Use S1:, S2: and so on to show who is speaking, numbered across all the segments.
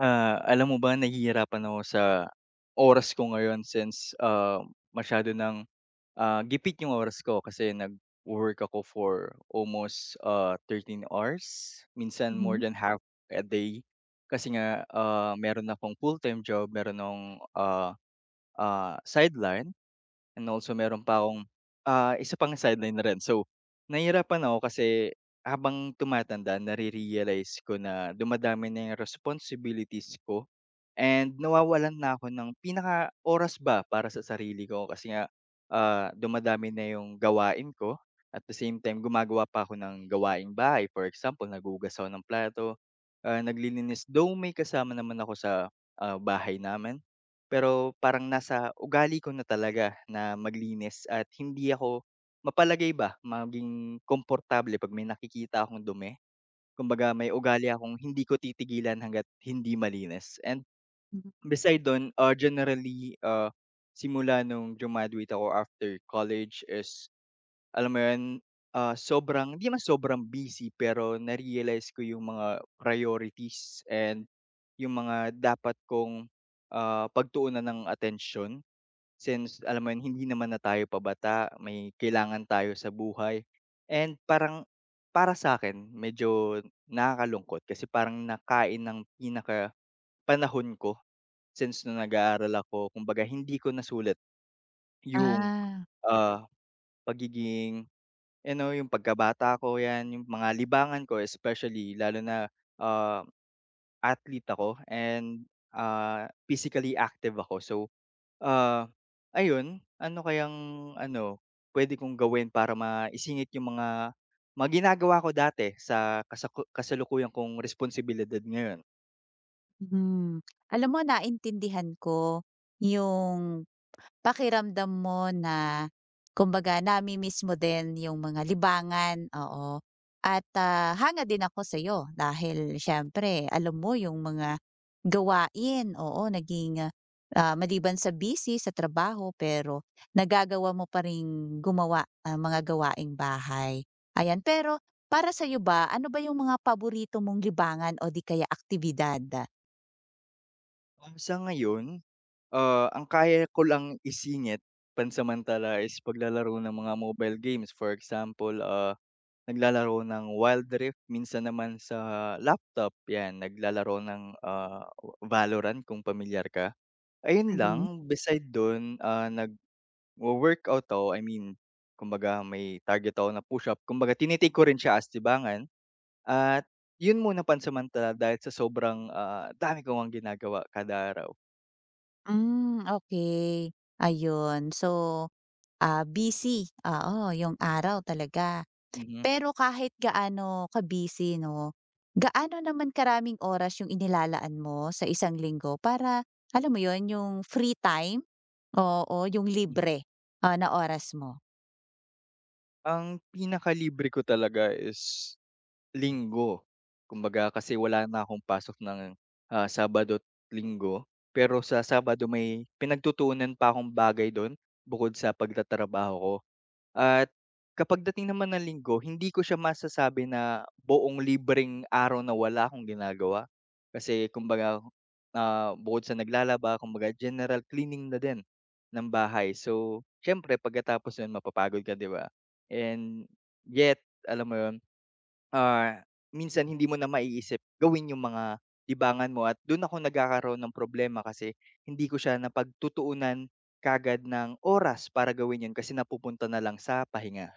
S1: Alam mo ba nahihirapan ako sa oras ko ngayon since, masyado ng, gipit yung oras ko kasi nag-work ako for almost, 13 hours, minsan more
S2: Mhm,
S1: than half a day. Kasi nga, meron akong full-time job, meron akong, ah, sideline and also meron pa akong, isa pang sideline na rin. So, nahihirapan ako kasi habang tumatanda nare-realize ko na dumadami na yung responsibilities ko. And nawawalan na ako ng pinaka oras ba para sa sarili ko kasi nga, dumadami na yung gawain ko at the same time gumagawa pa ako ng gawaing bahay. For example, naghuhugas ako ng plato, naglilinis though may kasama naman ako sa, bahay namin, pero parang nasa ugali ko na talaga na maglinis at hindi ako mapalagay ba maging komportable 'pag may nakikita akong dumi. Kumbaga may ugali akong hindi ko titigilan hangga't hindi malinis. And
S2: mhm.
S1: beside dun, generally, simula nung grumaduate ako after college is alam mo yun, sobrang hindi naman sobrang busy pero na-realize ko yung mga priorities and yung mga dapat kong, pagtuunan ng attention since alam mo yun, hindi naman na tayo pabata, may kailangan tayo sa buhay. And parang para sa akin medyo nakakalungkot kasi parang nakain ng pinaka panahon ko. Since nung nag-aaral ako kumbaga hindi ko nasulat yung,
S2: Ah,
S1: ah, pagiging ano, yung pagkabata ko 'yan, yung mga libangan ko especially lalo na, ah, athlete ako and, physically active ako. So, ah, ayun, ano kayang ano, pwede kong gawin para maisingit yung mga ginagawa ko dati sa kasalukuyan kong responsibilidad ngayon?
S2: mhm. Alam mo, naintindihan ko yung pakiramdam mo na kumbaga nami-miss mo din yung mga libangan, oo. At, hanga din ako sa sa'yo dahil siyempre alam mo yung mga gawain, oo, naging, maliban sa busy sa trabaho pero nagagawa mo pa ring gumawa ng mga gawaing bahay, ayan. Pero para sa sa'yo ba, ano ba yung mga paborito mong libangan o di kaya aktibidad?
S1: Um, sa ngayon, ah, ang kaya ko lang isingit pansamantala is paglalaro ng mga mobile games. For example, naglalaro ng Wild Rift, minsan naman sa laptop, 'yan naglalaro ng, Valorant kung pamilyar ka. Ayun
S2: Mhm.
S1: lang, beside do'n, nagwo-workout ako, I mean, kumbaga may target ako na push-up, kumbaga tini-take ko rin siya as tibangan at 'yun muna pansamantala dahil sa sobrang, dami ko ang ginagawa kada araw.
S2: Hmm, okey, ayun. So, busy, oo, yung araw talaga.
S1: Mhm.
S2: Pero kahit gaano ka-busy 'no, gaano naman karaming oras yung inilalaan mo sa isang linggo para alam mo yon yung free time? Oo, yung libre, na oras mo?
S1: Ang pinakalibre ko talaga is Linggo. Kumbaga kasi wala na akong pasok ng, Sabado at Linggo. Pero sa Sabado may pinagtutuunan pa akong bagay dun bukod sa pagtatrabaho ko. At kapag dating naman ng Linggo, hindi ko siya masasabi na buong libreng araw na wala akong ginagawa. Kasi kumbaga, bukod sa naglalaba, kumbaga general cleaning na din ng bahay. So, siyempre pagkatapos nun mapapagod ka, 'di ba? And yet, alam mo 'yun, ah, minsan hindi mo na maiisip gawin yung mga libangan mo at dun ako nagkakaroon ng problema kasi hindi ko siya napagtutuunan kagad ng oras para gawin yun kasi napupunta na lang sa pahinga.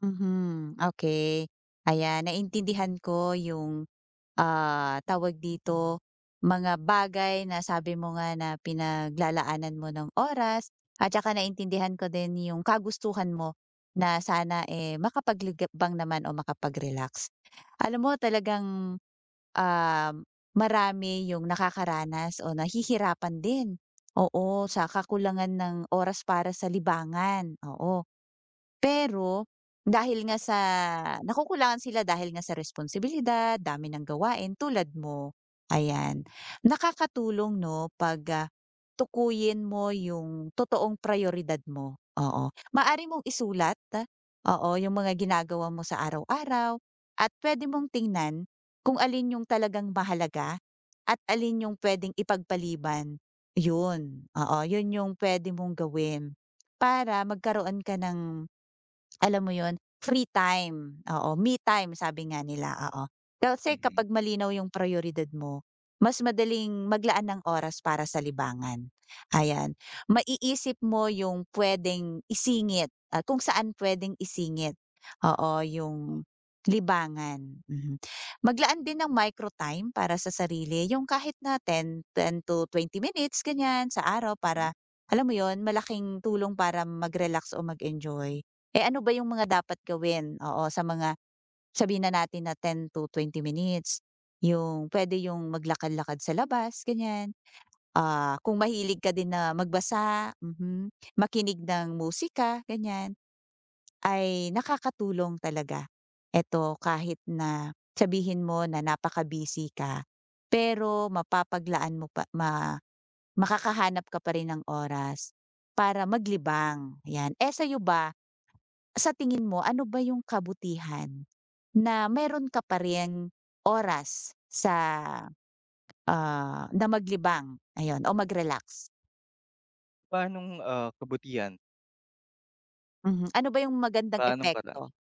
S2: Mhm, okey. Ayan, naintindihan ko yung tawag dito, mga bagay na sabi mo nga na pinaglalaanan mo ng oras at saka naintindihan ko din yung kagustuhan mo na sana, eh, makapaglibang naman o makapag-relax. Alam mo talagang, um, marami yung nakakaranas o nahihirapan din, oo, sa kakulangan ng oras para sa libangan, oo. Pero dahil nga sa nakukulangan sila dahil nga sa responsibilidad, dami ng gawain tulad mo, ayan. Nakakatulong 'no 'pag, tukuyin mo yung totoong prioridad mo, oo. Maari mong isulat, oo, yung mga ginagawa mo sa araw-araw at pwede mong tingnan kung alin yung talagang mahalaga at alin yung puwedeng ipagpaliban. Yun, oo, yun yung pwede mong gawin para magkaroon ka ng alam mo 'yun, free time, oo, "me time" sabi nga nila, oo. Kasi
S1: Mhm.
S2: kapag malinaw yung prayoridad mo, mas madaling maglaan ng oras para sa libangan, ayan. Maiisip mo yung pwedeng isingit, kung saan pwedeng isingit, oo, yung libangan, mhm. Maglaan din ng micro time para sa sarili, yung kahit na 10, 10 to 20 minutes ganiyan sa araw
S1: Hmm,
S2: para alam mo 'yun, malaking tulong para mag-relax o mag-enjoy. Eh, ano ba yung mga dapat gawin? Oo, sa mga sabihin na natin na 10 to 20 minutes, yung pwede yung maglakad-lakad sa labas, ganyan. Kung mahilig ka din na magbasa, mhm, makinig ng musika, ganyan, ay nakakatulong talaga. Eto, kahit na sabihin mo na napaka-busy ka, pero mapapaglaan mo pa makakahanap ka pa rin ng oras para maglibang, 'yan. Eh, sa'yo ba, sa tingin mo ano ba yung kabutihan na meron ka pa ring oras sa, na maglibang, ayun, o mag-relax?
S1: paanong, kabutihan,
S2: Mhm, ano ba yung magandang
S1: paanong paraan?
S2: epekto?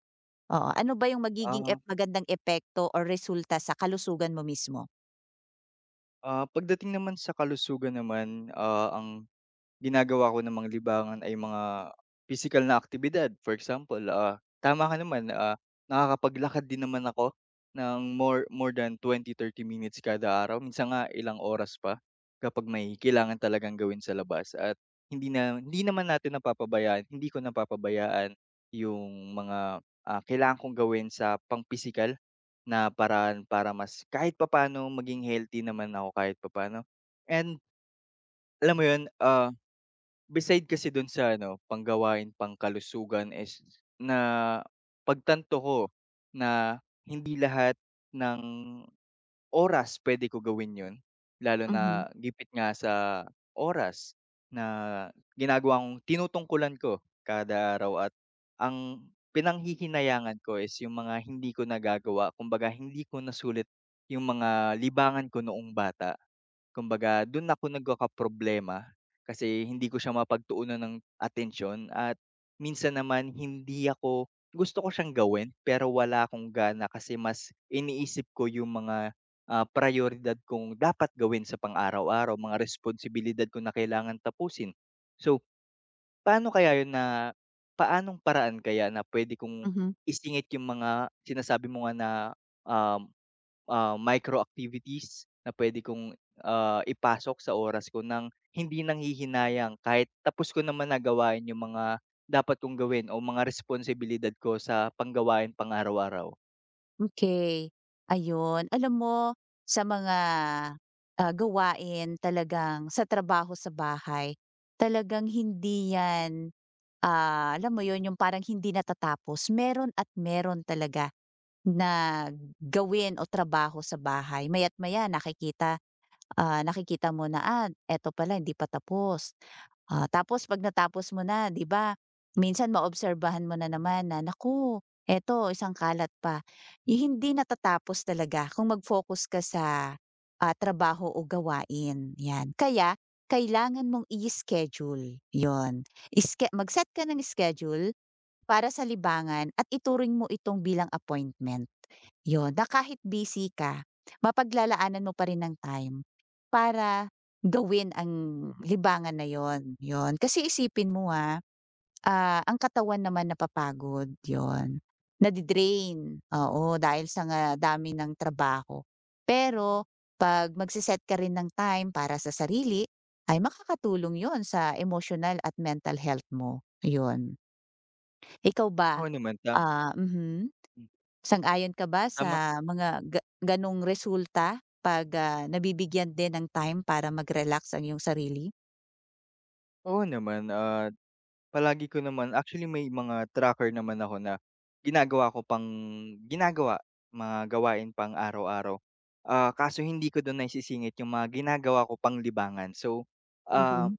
S2: Oo, ano ba yung magiging
S1: Ah,
S2: magandang epekto or resulta sa kalusugan mo mismo?
S1: Pagdating naman sa kalusugan naman, ang ginagawa ko namang libangan ay mga physical na aktibidad. For example, tama ka naman, nakakapaglakad din naman ako ng more more than 20-30 minutes kada araw. Minsan nga ilang oras pa kapag may kailangan talagang gawin sa labas at hindi naman natin napapabayaan, hindi ko napapabayaan yung mga, kailangan kong gawin sa pang-pisikal na paraan para mas kahit papaano maging healthy naman ako kahit papaano. And alam mo yun, ah, beside kasi dun sa ano, panggawain pangkalusugan is na pagtanto ko na hindi lahat ng oras pwede ko gawin yun, lalo
S2: Mhm,
S1: na gipit nga sa oras na ginagawa kong tinutungkulan ko kada araw at ang pinanghihinayangan ko is yung mga hindi ko nagagawa kumbaga hindi ko nasulit yung mga libangan ko noong bata. Kumbaga dun ako nagkakaproblema, kasi hindi ko siya mapagtuunan ng atensyon at minsan naman hindi ako gusto ko siyang gawin pero wala akong gana kasi mas iniisip ko yung mga, prayoridad kong dapat gawin sa pang-araw-araw, mga responsibilidad ko na kailangan tapusin. So, paano kaya yun na paanong paraan kaya na puwede kong
S2: mhm,
S1: isingit yung mga sinasabi mo nga na, um, micro activities na puwede kong, ipasok sa oras ko ng hindi nanghihinayang kahit tapos ko naman na yung mga dapat kong gawin o mga responsibilidad ko sa panggawain pang-araw-araw?
S2: okey, ayun. Alam mo sa mga, gawain talagang sa trabaho sa bahay, talagang hindi yan. Alam mo yon yung parang hindi natatapos, meron at meron talaga na gawin o trabaho sa bahay. Maya't maya nakikita mo na, eto pala hindi pa tapos. Tapos 'pag natapos mo na, 'di ba, minsan maobserbahan mo na naman na, naku, eto isang kalat pa. Hindi natatapos talaga kung mag-focus ka sa, trabaho o gawain, 'yan. Kaya kailangan mong i-schedule, yon. Mag-set ka ng schedule para sa libangan at ituring mo itong bilang appointment. Yun, na kahit busy ka, mapaglalaanan mo pa rin ng time para gawin ang libangan na yon yun. Kasi isipin mo, ang katawan naman napapagod, yun. Nadi-drain, oo, dahil sa nga dami ng trabaho. Pero 'pag magse-set ka rin ng time para sa sarili, ay makakatulong yon sa emotional at mental health mo, yun. Ikaw ba,
S1: Oo naman,
S2: mhm.
S1: hmm,
S2: Sang-ayon ka ba
S1: tama,
S2: sa mga gano'ng resulta 'pag, nabibigyan din ng time para mag-relax ang iyong sarili?
S1: oo naman, ah, palagi ko naman actually may mga tracker naman ako na ginagawa ko ginagawa, mga gawain pang araw-araw. Ah, kaso hindi ko dun naisisingit yung mga ginagawa ko pang libangan. So, ah,
S2: Mhm.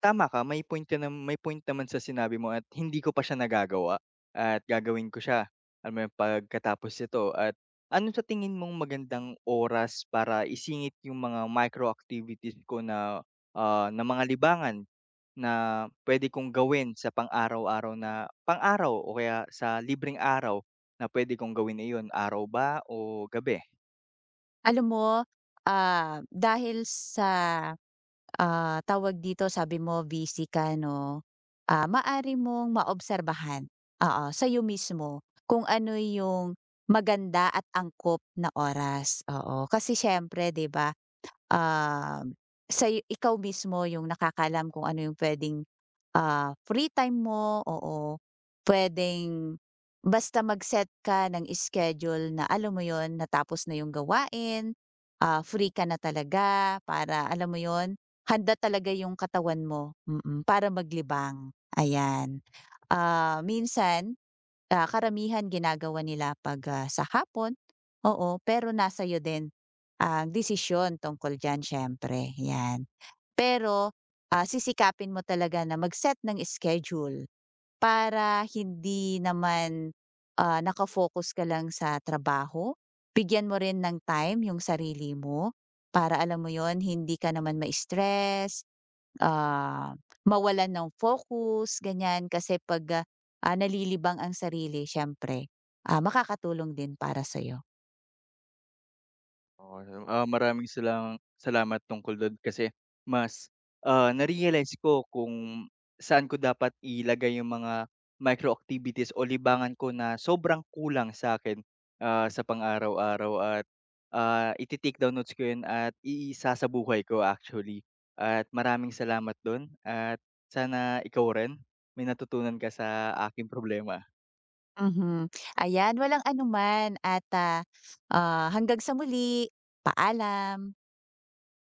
S1: tama ka, may point naman sa sinabi mo at hindi ko pa siya nagagawa at gagawin ko siya, alam mo yun, pagkatapos nito at ano sa tingin mong magandang oras para isingit yung mga micro activities ko na, na mga libangan na puwede kong gawin sa pang-araw-araw na pang-araw o kaya sa libreng araw na puwede kong gawin iyon, araw ba o gabi?
S2: Alam mo, dahil sa, tawag dito sabi mo busy ka 'no, maaari mong maobserbahan, oo, sa'yo mismo kung ano yung maganda at angkop na oras, oo. Kasi siyempre 'di ba, um, sa'yo ikaw mismo yung nakakalam kung ano yung puwedeng free time mo, oo, puwedeng basta mag-set ka ng schedule na alam mo 'yun, natapos na 'yung gawain, free ka na talaga para alam mo yon, handa talaga 'yung katawan mo, para maglibang, ayan. Minsan, karamihan ginagawa nila 'pag, sa hapon, oo, pero nasa iyo din ang desisyon tungkol diyan syempre, 'yan. Pero, sisikapin mo talaga na mag-set ng schedule para hindi naman, naka ka lang sa trabaho. Bigyan mo rin ng time yung sarili mo para alam mo yon hindi ka naman ma-stress, ah, mawalan ng focus, ganyan. Kasi 'pag, nalilibang ang sarili siyempre, makakatulong din para sa'yo.
S1: Awesome, maraming salamat tungkol dun kasi mas, na-realize ko kung saan ko dapat ilagay yung mga micro activities o libangan ko na sobrang kulang sa akin, sa pang-araw-araw at, iti-take down notes ko yun at iisa sa buhay ko actually. At maraming salamat dun at sana ikaw rin may natutunan ka sa aking problema.
S2: Mhm, ayan, walang anuman at, hanggang sa muli, paalam.